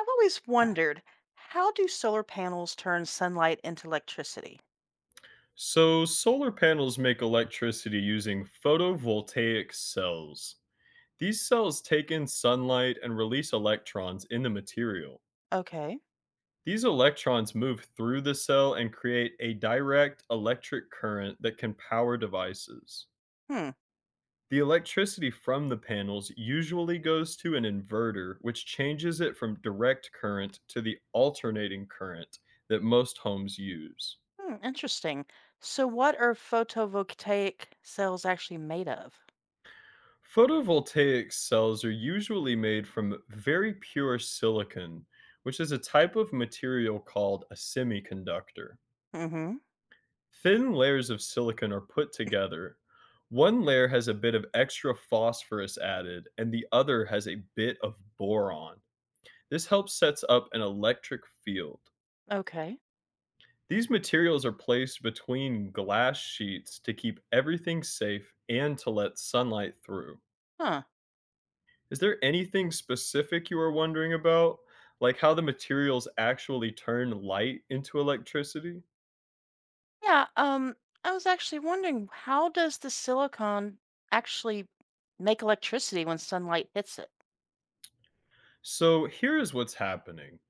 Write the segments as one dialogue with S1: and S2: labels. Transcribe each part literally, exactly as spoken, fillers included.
S1: I've always wondered, how do solar panels turn sunlight into electricity?
S2: So, solar panels make electricity using photovoltaic cells. These cells take in sunlight and release electrons in the material.
S1: Okay.
S2: These electrons move through the cell and create a direct electric current that can power devices.
S1: Hmm.
S2: The electricity from the panels usually goes to an inverter, which changes it from direct current to the alternating current that most homes use.
S1: Hmm. Interesting. So, what are photovoltaic cells actually made of?
S2: Photovoltaic cells are usually made from very pure silicon, which is a type of material called a semiconductor.
S1: Mm-hmm.
S2: Thin layers of silicon are put together. One layer has a bit of extra phosphorus added, and the other has a bit of boron. This helps sets up an electric field.
S1: Okay.
S2: These materials are placed between glass sheets to keep everything safe and to let sunlight through.
S1: Huh.
S2: Is there anything specific you are wondering about? Like how the materials actually turn light into electricity?
S1: Yeah. Um. I was actually wondering, how does the silicon actually make electricity when sunlight hits it?
S2: So here is what's happening.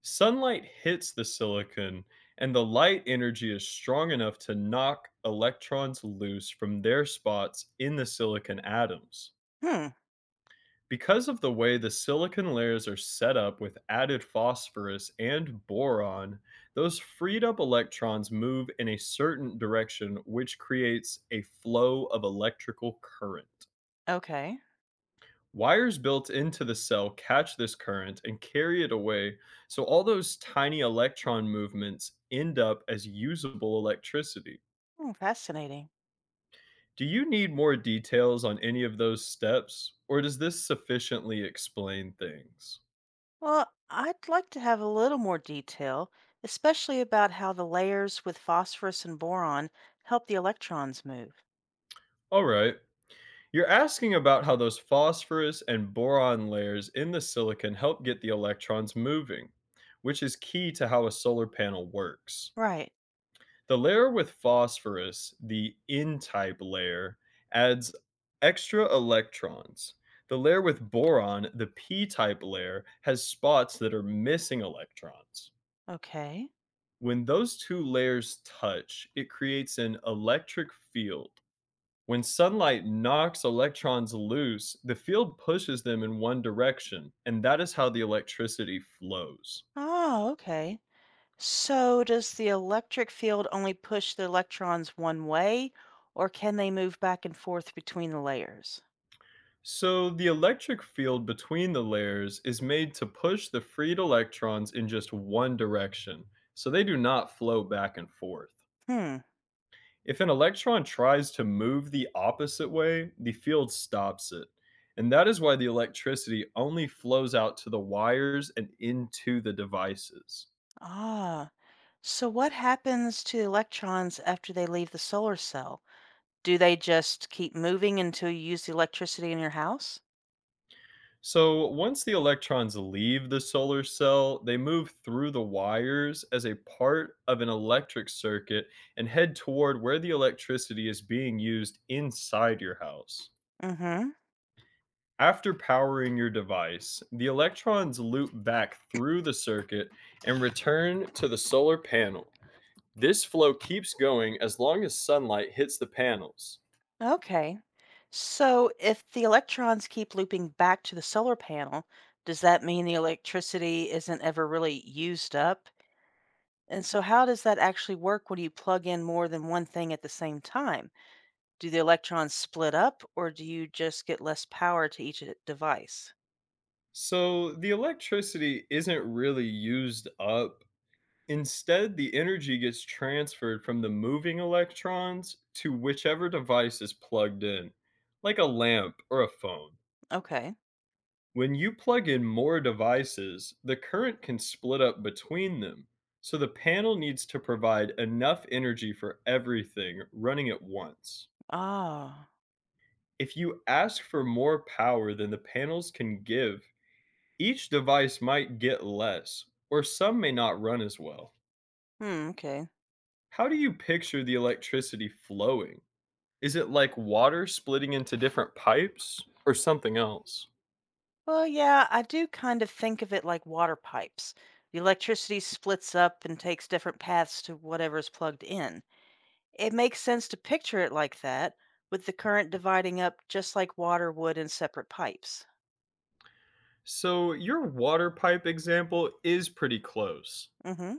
S2: Sunlight hits the silicon, and the light energy is strong enough to knock electrons loose from their spots in the silicon atoms.
S1: Hmm.
S2: Because of the way the silicon layers are set up with added phosphorus and boron, those freed up electrons move in a certain direction, which creates a flow of electrical current.
S1: Okay.
S2: Wires built into the cell catch this current and carry it away, so all those tiny electron movements end up as usable electricity.
S1: Hmm, fascinating.
S2: Do you need more details on any of those steps, or does this sufficiently explain things?
S1: Well, I'd like to have a little more detail, especially about how the layers with phosphorus and boron help the electrons move.
S2: All right. You're asking about how those phosphorus and boron layers in the silicon help get the electrons moving, which is key to how a solar panel works.
S1: Right.
S2: The layer with phosphorus, the N type layer, adds extra electrons. The layer with boron, the P type layer, has spots that are missing electrons.
S1: Okay.
S2: When those two layers touch, it creates an electric field. When sunlight knocks electrons loose, the field pushes them in one direction, and that is how the electricity flows.
S1: Oh, okay. So does the electric field only push the electrons one way, or can they move back and forth between the layers?
S2: So, the electric field between the layers is made to push the freed electrons in just one direction, so they do not flow back and forth.
S1: Hmm.
S2: If an electron tries to move the opposite way, the field stops it. And that is why the electricity only flows out to the wires and into the devices.
S1: Ah. So what happens to the electrons after they leave the solar cell? Do they just keep moving until you use the electricity in your house?
S2: So, once the electrons leave the solar cell, they move through the wires as a part of an electric circuit and head toward where the electricity is being used inside your house.
S1: Mm-hmm.
S2: After powering your device, the electrons loop back through the circuit and return to the solar panel. This flow keeps going as long as sunlight hits the panels.
S1: Okay. So if the electrons keep looping back to the solar panel, does that mean the electricity isn't ever really used up? And so how does that actually work when you plug in more than one thing at the same time? Do the electrons split up or do you just get less power to each e- device?
S2: So, the electricity isn't really used up. Instead, the energy gets transferred from the moving electrons to whichever device is plugged in, like a lamp or a phone.
S1: Okay.
S2: When you plug in more devices, the current can split up between them, so the panel needs to provide enough energy for everything running at once.
S1: Ah.
S2: If you ask for more power than the panels can give, each device might get less, or some may not run as well.
S1: Hmm, okay.
S2: How do you picture the electricity flowing? Is it like water splitting into different pipes or something else?
S1: Well, yeah, I do kind of think of it like water pipes. The electricity splits up and takes different paths to whatever's plugged in. It makes sense to picture it like that, with the current dividing up just like water would in separate pipes.
S2: So, your water pipe example is pretty close.
S1: Hmm.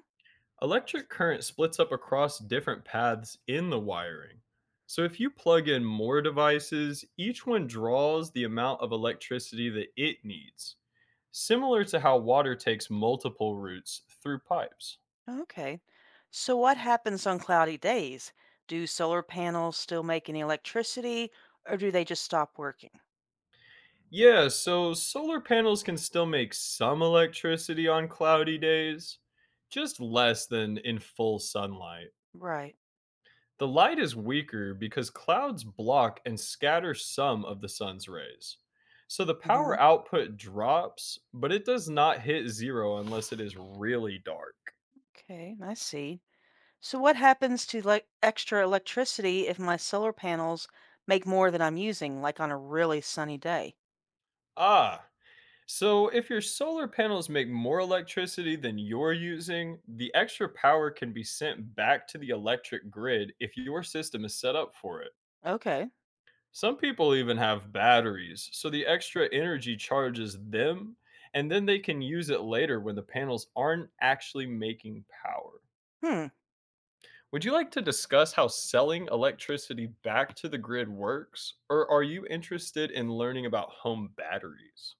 S2: Electric current splits up across different paths in the wiring. So, if you plug in more devices, each one draws the amount of electricity that it needs, similar to how water takes multiple routes through pipes.
S1: Okay. So what happens on cloudy days? Do solar panels still make any electricity, or do they just stop working?
S2: Yeah, so solar panels can still make some electricity on cloudy days, just less than in full sunlight.
S1: Right.
S2: The light is weaker because clouds block and scatter some of the sun's rays. So the
S1: Hmm.
S2: power output drops, but it does not hit zero unless it is really dark.
S1: Okay, I see. So what happens to like extra electricity if my solar panels make more than I'm using, like on a really sunny day?
S2: Ah, so if your solar panels make more electricity than you're using, the extra power can be sent back to the electric grid if your system is set up for it.
S1: Okay.
S2: Some people even have batteries, so the extra energy charges them, and then they can use it later when the panels aren't actually making power.
S1: Hmm.
S2: Would you like to discuss how selling electricity back to the grid works, or are you interested in learning about home batteries?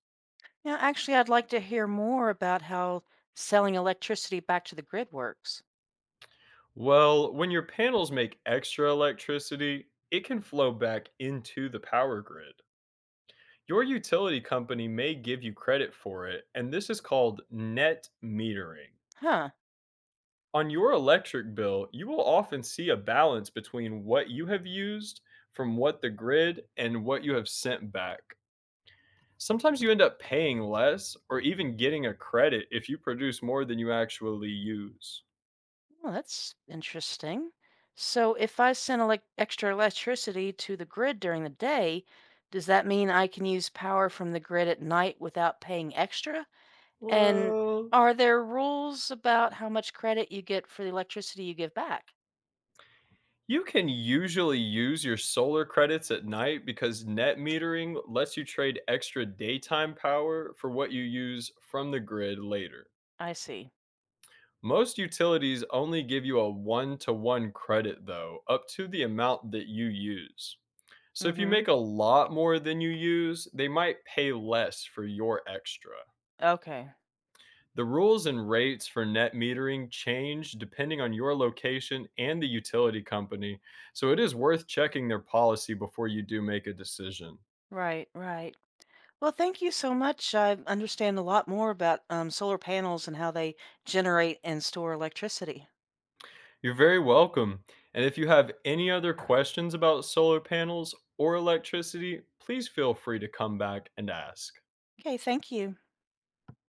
S1: Yeah, actually, I'd like to hear more about how selling electricity back to the grid works.
S2: Well, when your panels make extra electricity, it can flow back into the power grid. Your utility company may give you credit for it, and this is called net metering.
S1: Huh.
S2: On your electric bill, you will often see a balance between what you have used from what the grid and what you have sent back. Sometimes you end up paying less or even getting a credit if you produce more than you actually use.
S1: Well, that's interesting. So, if I send elec extra electricity to the grid during the day, does that mean I can use power from the grid at night without paying extra? And
S2: Well,
S1: are there rules about how much credit you get for the electricity you give back?
S2: you can usually use your solar credits at night because net metering lets you trade extra daytime power for what you use from the grid later.
S1: I see.
S2: Most utilities only give you a one to one credit, though, up to the amount that you use. So if you
S1: Mm-hmm.
S2: make a lot more than you use, they might pay less for your extra.
S1: Okay.
S2: The rules and rates for net metering change depending on your location and the utility company, so it is worth checking their policy before you do make a decision.
S1: Right, right. Well, thank you so much. I understand a lot more about um, solar panels and how they generate and store electricity.
S2: You're very welcome. And if you have any other questions about solar panels or electricity, please feel free to come back and ask.
S1: Okay, thank you.